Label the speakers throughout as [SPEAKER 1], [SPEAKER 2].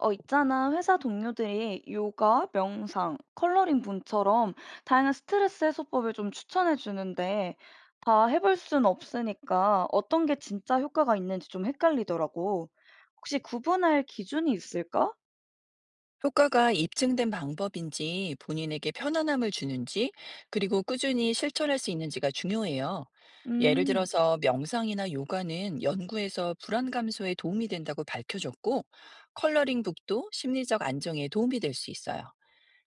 [SPEAKER 1] 있잖아. 회사 동료들이 요가, 명상, 컬러링 분처럼 다양한 스트레스 해소법을 좀 추천해 주는데 다 해볼 순 없으니까 어떤 게 진짜 효과가 있는지 좀 헷갈리더라고. 혹시 구분할 기준이 있을까?
[SPEAKER 2] 효과가 입증된 방법인지 본인에게 편안함을 주는지 그리고 꾸준히 실천할 수 있는지가 중요해요. 예를
[SPEAKER 1] 음,
[SPEAKER 2] 들어서 명상이나 요가는 연구에서 불안 감소에 도움이 된다고 밝혀졌고 컬러링북도 심리적 안정에 도움이 될 수 있어요.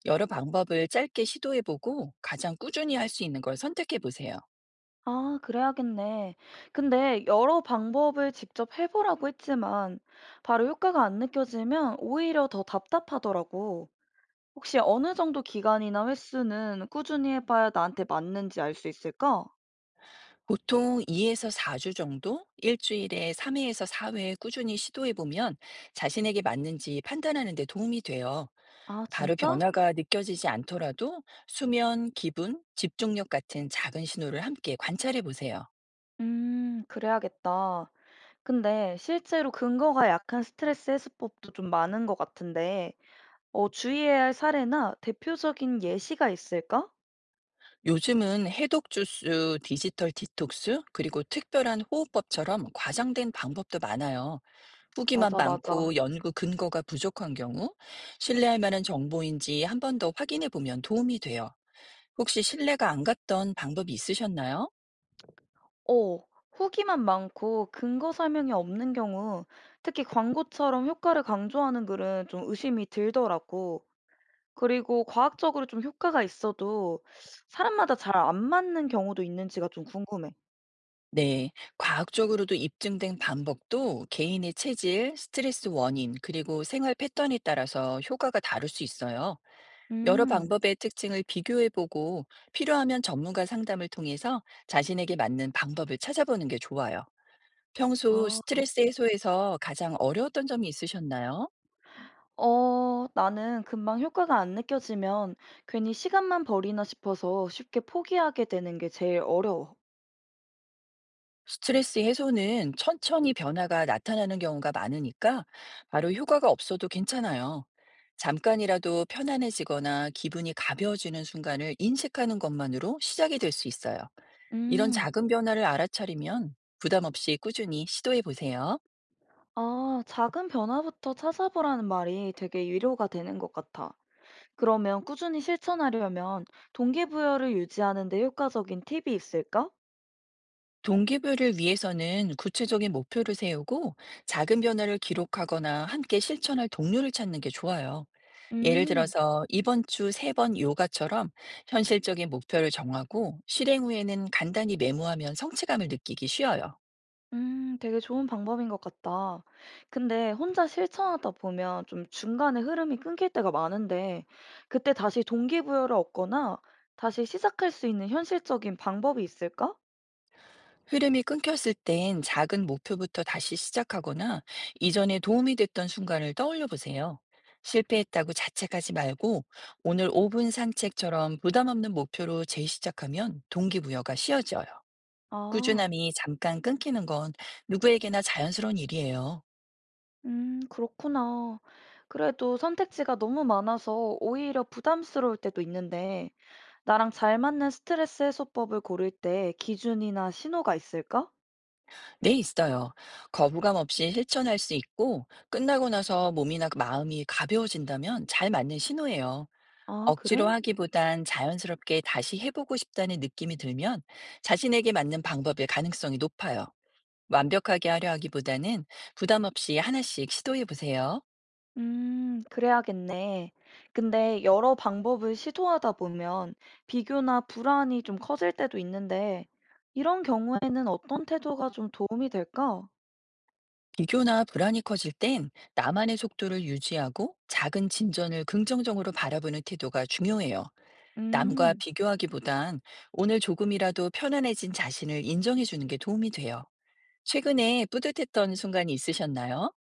[SPEAKER 2] 여러 방법을 짧게 시도해보고 가장 꾸준히 할 수 있는 걸 선택해보세요.
[SPEAKER 1] 그래야겠네. 근데 여러 방법을 직접 해보라고 했지만 바로 효과가 안 느껴지면 오히려 더 답답하더라고. 혹시 어느 정도 기간이나 횟수는 꾸준히 해봐야 나한테 맞는지 알 수 있을까?
[SPEAKER 2] 보통 2에서 4주 정도, 일주일에 3회에서 4회 꾸준히 시도해 보면 자신에게 맞는지 판단하는 데 도움이 돼요.
[SPEAKER 1] 아,
[SPEAKER 2] 바로
[SPEAKER 1] 진짜?
[SPEAKER 2] 변화가 느껴지지 않더라도 수면, 기분, 집중력 같은 작은 신호를 함께 관찰해 보세요.
[SPEAKER 1] 그래야겠다. 근데 실제로 근거가 약한 스트레스 해소법도 좀 많은 것 같은데, 주의해야 할 사례나 대표적인 예시가 있을까?
[SPEAKER 2] 요즘은 해독 주스, 디지털 디톡스, 그리고 특별한 호흡법처럼 과장된 방법도 많아요. 후기만
[SPEAKER 1] 맞아,
[SPEAKER 2] 많고
[SPEAKER 1] 맞아.
[SPEAKER 2] 연구 근거가 부족한 경우 신뢰할 만한 정보인지 한 번 더 확인해 보면 도움이 돼요. 혹시 신뢰가 안 갔던 방법이 있으셨나요?
[SPEAKER 1] 어, 후기만 많고 근거 설명이 없는 경우, 특히 광고처럼 효과를 강조하는 글은 좀 의심이 들더라고. 그리고 과학적으로 좀 효과가 있어도 사람마다 잘 안 맞는 경우도 있는지가 좀 궁금해.
[SPEAKER 2] 네. 과학적으로도 입증된 방법도 개인의 체질, 스트레스 원인, 그리고 생활 패턴에 따라서 효과가 다를 수 있어요. 여러
[SPEAKER 1] 음.
[SPEAKER 2] 방법의 특징을 비교해보고 필요하면 전문가 상담을 통해서 자신에게 맞는 방법을 찾아보는 게 좋아요. 평소
[SPEAKER 1] 아.
[SPEAKER 2] 스트레스 해소에서 가장 어려웠던 점이 있으셨나요?
[SPEAKER 1] 나는 금방 효과가 안 느껴지면 괜히 시간만 버리나 싶어서 쉽게 포기하게 되는 게 제일 어려워.
[SPEAKER 2] 스트레스 해소는 천천히 변화가 나타나는 경우가 많으니까 바로 효과가 없어도 괜찮아요. 잠깐이라도 편안해지거나 기분이 가벼워지는 순간을 인식하는 것만으로 시작이 될 수 있어요. 이런
[SPEAKER 1] 음.
[SPEAKER 2] 작은 변화를 알아차리면 부담 없이 꾸준히 시도해 보세요.
[SPEAKER 1] 작은 변화부터 찾아보라는 말이 되게 위로가 되는 것 같아. 그러면 꾸준히 실천하려면 동기부여를 유지하는 데 효과적인 팁이 있을까?
[SPEAKER 2] 동기부여를 위해서는 구체적인 목표를 세우고 작은 변화를 기록하거나 함께 실천할 동료를 찾는 게 좋아요. 예를
[SPEAKER 1] 음.
[SPEAKER 2] 들어서 이번 주 세 번 요가처럼 현실적인 목표를 정하고 실행 후에는 간단히 메모하면 성취감을 느끼기 쉬워요.
[SPEAKER 1] 되게 좋은 방법인 것 같다. 근데 혼자 실천하다 보면 좀 중간에 흐름이 끊길 때가 많은데, 그때 다시 동기부여를 얻거나 다시 시작할 수 있는 현실적인 방법이 있을까?
[SPEAKER 2] 흐름이 끊겼을 땐 작은 목표부터 다시 시작하거나 이전에 도움이 됐던 순간을 떠올려 보세요. 실패했다고 자책하지 말고 오늘 5분 산책처럼 부담 없는 목표로 재시작하면 동기부여가 쉬워져요.
[SPEAKER 1] 아,
[SPEAKER 2] 꾸준함이 잠깐 끊기는 건 누구에게나 자연스러운 일이에요.
[SPEAKER 1] 그렇구나. 그래도 선택지가 너무 많아서 오히려 부담스러울 때도 있는데, 나랑 잘 맞는 스트레스 해소법을 고를 때 기준이나 신호가 있을까?
[SPEAKER 2] 네, 있어요. 거부감 없이 실천할 수 있고 끝나고 나서 몸이나 마음이 가벼워진다면 잘 맞는 신호예요.
[SPEAKER 1] 아,
[SPEAKER 2] 억지로
[SPEAKER 1] 그래?
[SPEAKER 2] 하기보단 자연스럽게 다시 해보고 싶다는 느낌이 들면 자신에게 맞는 방법일 가능성이 높아요. 완벽하게 하려 하기보다는 부담 없이 하나씩 시도해 보세요.
[SPEAKER 1] 그래야겠네. 근데 여러 방법을 시도하다 보면 비교나 불안이 좀 커질 때도 있는데, 이런 경우에는 어떤 태도가 좀 도움이 될까?
[SPEAKER 2] 비교나 불안이 커질 땐 나만의 속도를 유지하고 작은 진전을 긍정적으로 바라보는 태도가 중요해요. 남과
[SPEAKER 1] 음,
[SPEAKER 2] 비교하기보단 오늘 조금이라도 편안해진 자신을 인정해 주는 게 도움이 돼요. 최근에 뿌듯했던 순간이 있으셨나요?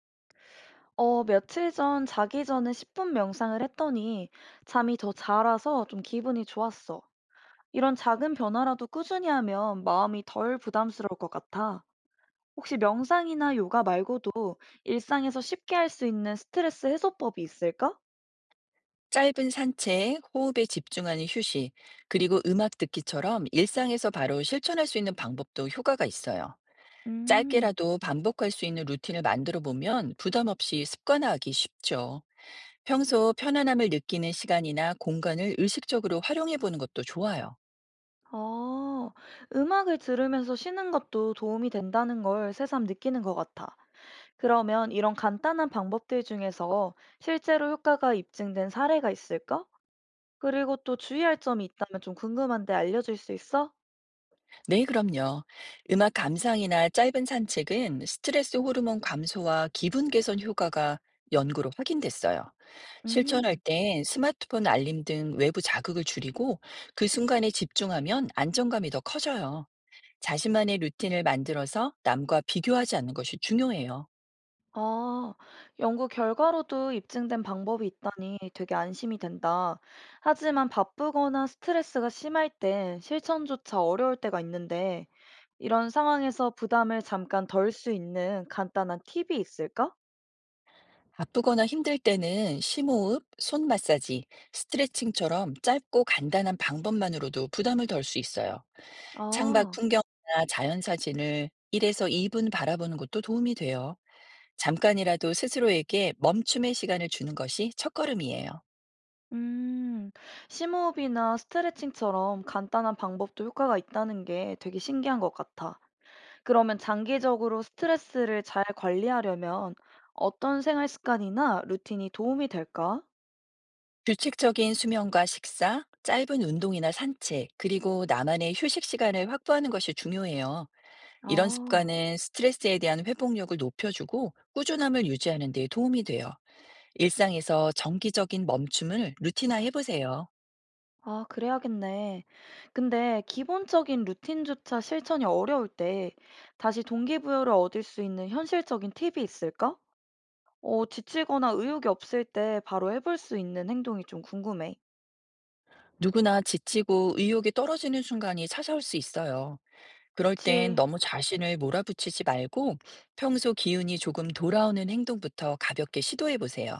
[SPEAKER 1] 며칠 전 자기 전에 10분 명상을 했더니 잠이 더 잘 와서 좀 기분이 좋았어. 이런 작은 변화라도 꾸준히 하면 마음이 덜 부담스러울 것 같아. 혹시 명상이나 요가 말고도 일상에서 쉽게 할 수 있는 스트레스 해소법이 있을까?
[SPEAKER 2] 짧은 산책, 호흡에 집중하는 휴식, 그리고 음악 듣기처럼 일상에서 바로 실천할 수 있는 방법도 효과가 있어요.
[SPEAKER 1] 음.
[SPEAKER 2] 짧게라도 반복할 수 있는 루틴을 만들어 보면 부담 없이 습관화하기 쉽죠. 평소 편안함을 느끼는 시간이나 공간을 의식적으로 활용해 보는 것도 좋아요.
[SPEAKER 1] 어, 음악을 들으면서 쉬는 것도 도움이 된다는 걸 새삼 느끼는 것 같아. 그러면 이런 간단한 방법들 중에서 실제로 효과가 입증된 사례가 있을까? 그리고 또 주의할 점이 있다면 좀 궁금한데 알려줄 수 있어?
[SPEAKER 2] 네, 그럼요. 음악 감상이나 짧은 산책은 스트레스 호르몬 감소와 기분 개선 효과가 연구로 확인됐어요. 실천할
[SPEAKER 1] 음.
[SPEAKER 2] 때 스마트폰 알림 등 외부 자극을 줄이고 그 순간에 집중하면 안정감이 더 커져요. 자신만의 루틴을 만들어서 남과 비교하지 않는 것이 중요해요.
[SPEAKER 1] 아, 연구 결과로도 입증된 방법이 있다니 되게 안심이 된다. 하지만 바쁘거나 스트레스가 심할 땐 실천조차 어려울 때가 있는데, 이런 상황에서 부담을 잠깐 덜 수 있는 간단한 팁이 있을까?
[SPEAKER 2] 바쁘거나 힘들 때는 심호흡, 손 마사지, 스트레칭처럼 짧고 간단한 방법만으로도 부담을 덜 수 있어요. 창밖
[SPEAKER 1] 아,
[SPEAKER 2] 풍경이나 자연 사진을 1에서 2분 바라보는 것도 도움이 돼요. 잠깐이라도 스스로에게 멈춤의 시간을 주는 것이 첫걸음이에요.
[SPEAKER 1] 음, 심호흡이나 스트레칭처럼 간단한 방법도 효과가 있다는 게 되게 신기한 것 같아. 그러면 장기적으로 스트레스를 잘 관리하려면 어떤 생활 습관이나 루틴이 도움이 될까?
[SPEAKER 2] 규칙적인 수면과 식사, 짧은 운동이나 산책, 그리고 나만의 휴식 시간을 확보하는 것이 중요해요. 이런
[SPEAKER 1] 아.
[SPEAKER 2] 습관은 스트레스에 대한 회복력을 높여주고 꾸준함을 유지하는 데 도움이 돼요. 일상에서 정기적인 멈춤을 루틴화해 보세요.
[SPEAKER 1] 그래야겠네. 근데 기본적인 루틴조차 실천이 어려울 때 다시 동기부여를 얻을 수 있는 현실적인 팁이 있을까? 지치거나 의욕이 없을 때 바로 해볼 수 있는 행동이 좀 궁금해.
[SPEAKER 2] 누구나 지치고 의욕이 떨어지는 순간이 찾아올 수 있어요. 그럴 땐
[SPEAKER 1] 그치.
[SPEAKER 2] 너무 자신을 몰아붙이지 말고 평소 기운이 조금 돌아오는 행동부터 가볍게 시도해 보세요.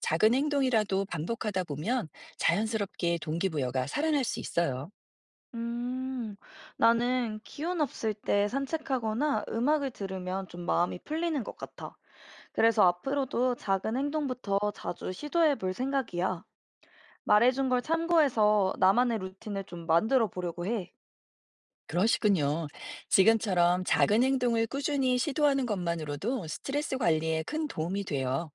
[SPEAKER 2] 작은 행동이라도 반복하다 보면 자연스럽게 동기부여가 살아날 수 있어요.
[SPEAKER 1] 음, 나는 기운 없을 때 산책하거나 음악을 들으면 좀 마음이 풀리는 것 같아. 그래서 앞으로도 작은 행동부터 자주 시도해 볼 생각이야. 말해준 걸 참고해서 나만의 루틴을 좀 만들어 보려고 해.
[SPEAKER 2] 그러시군요. 지금처럼 작은 행동을 꾸준히 시도하는 것만으로도 스트레스 관리에 큰 도움이 돼요.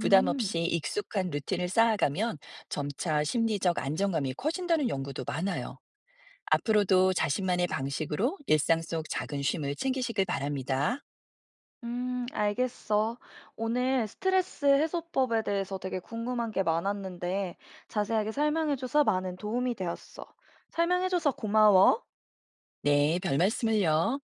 [SPEAKER 2] 부담 없이 익숙한 루틴을 쌓아가면 점차 심리적 안정감이 커진다는 연구도 많아요. 앞으로도 자신만의 방식으로 일상 속 작은 쉼을 챙기시길 바랍니다.
[SPEAKER 1] 알겠어. 오늘 스트레스 해소법에 대해서 되게 궁금한 게 많았는데, 자세하게 설명해줘서 많은 도움이 되었어. 설명해줘서 고마워.
[SPEAKER 2] 네, 별 말씀을요.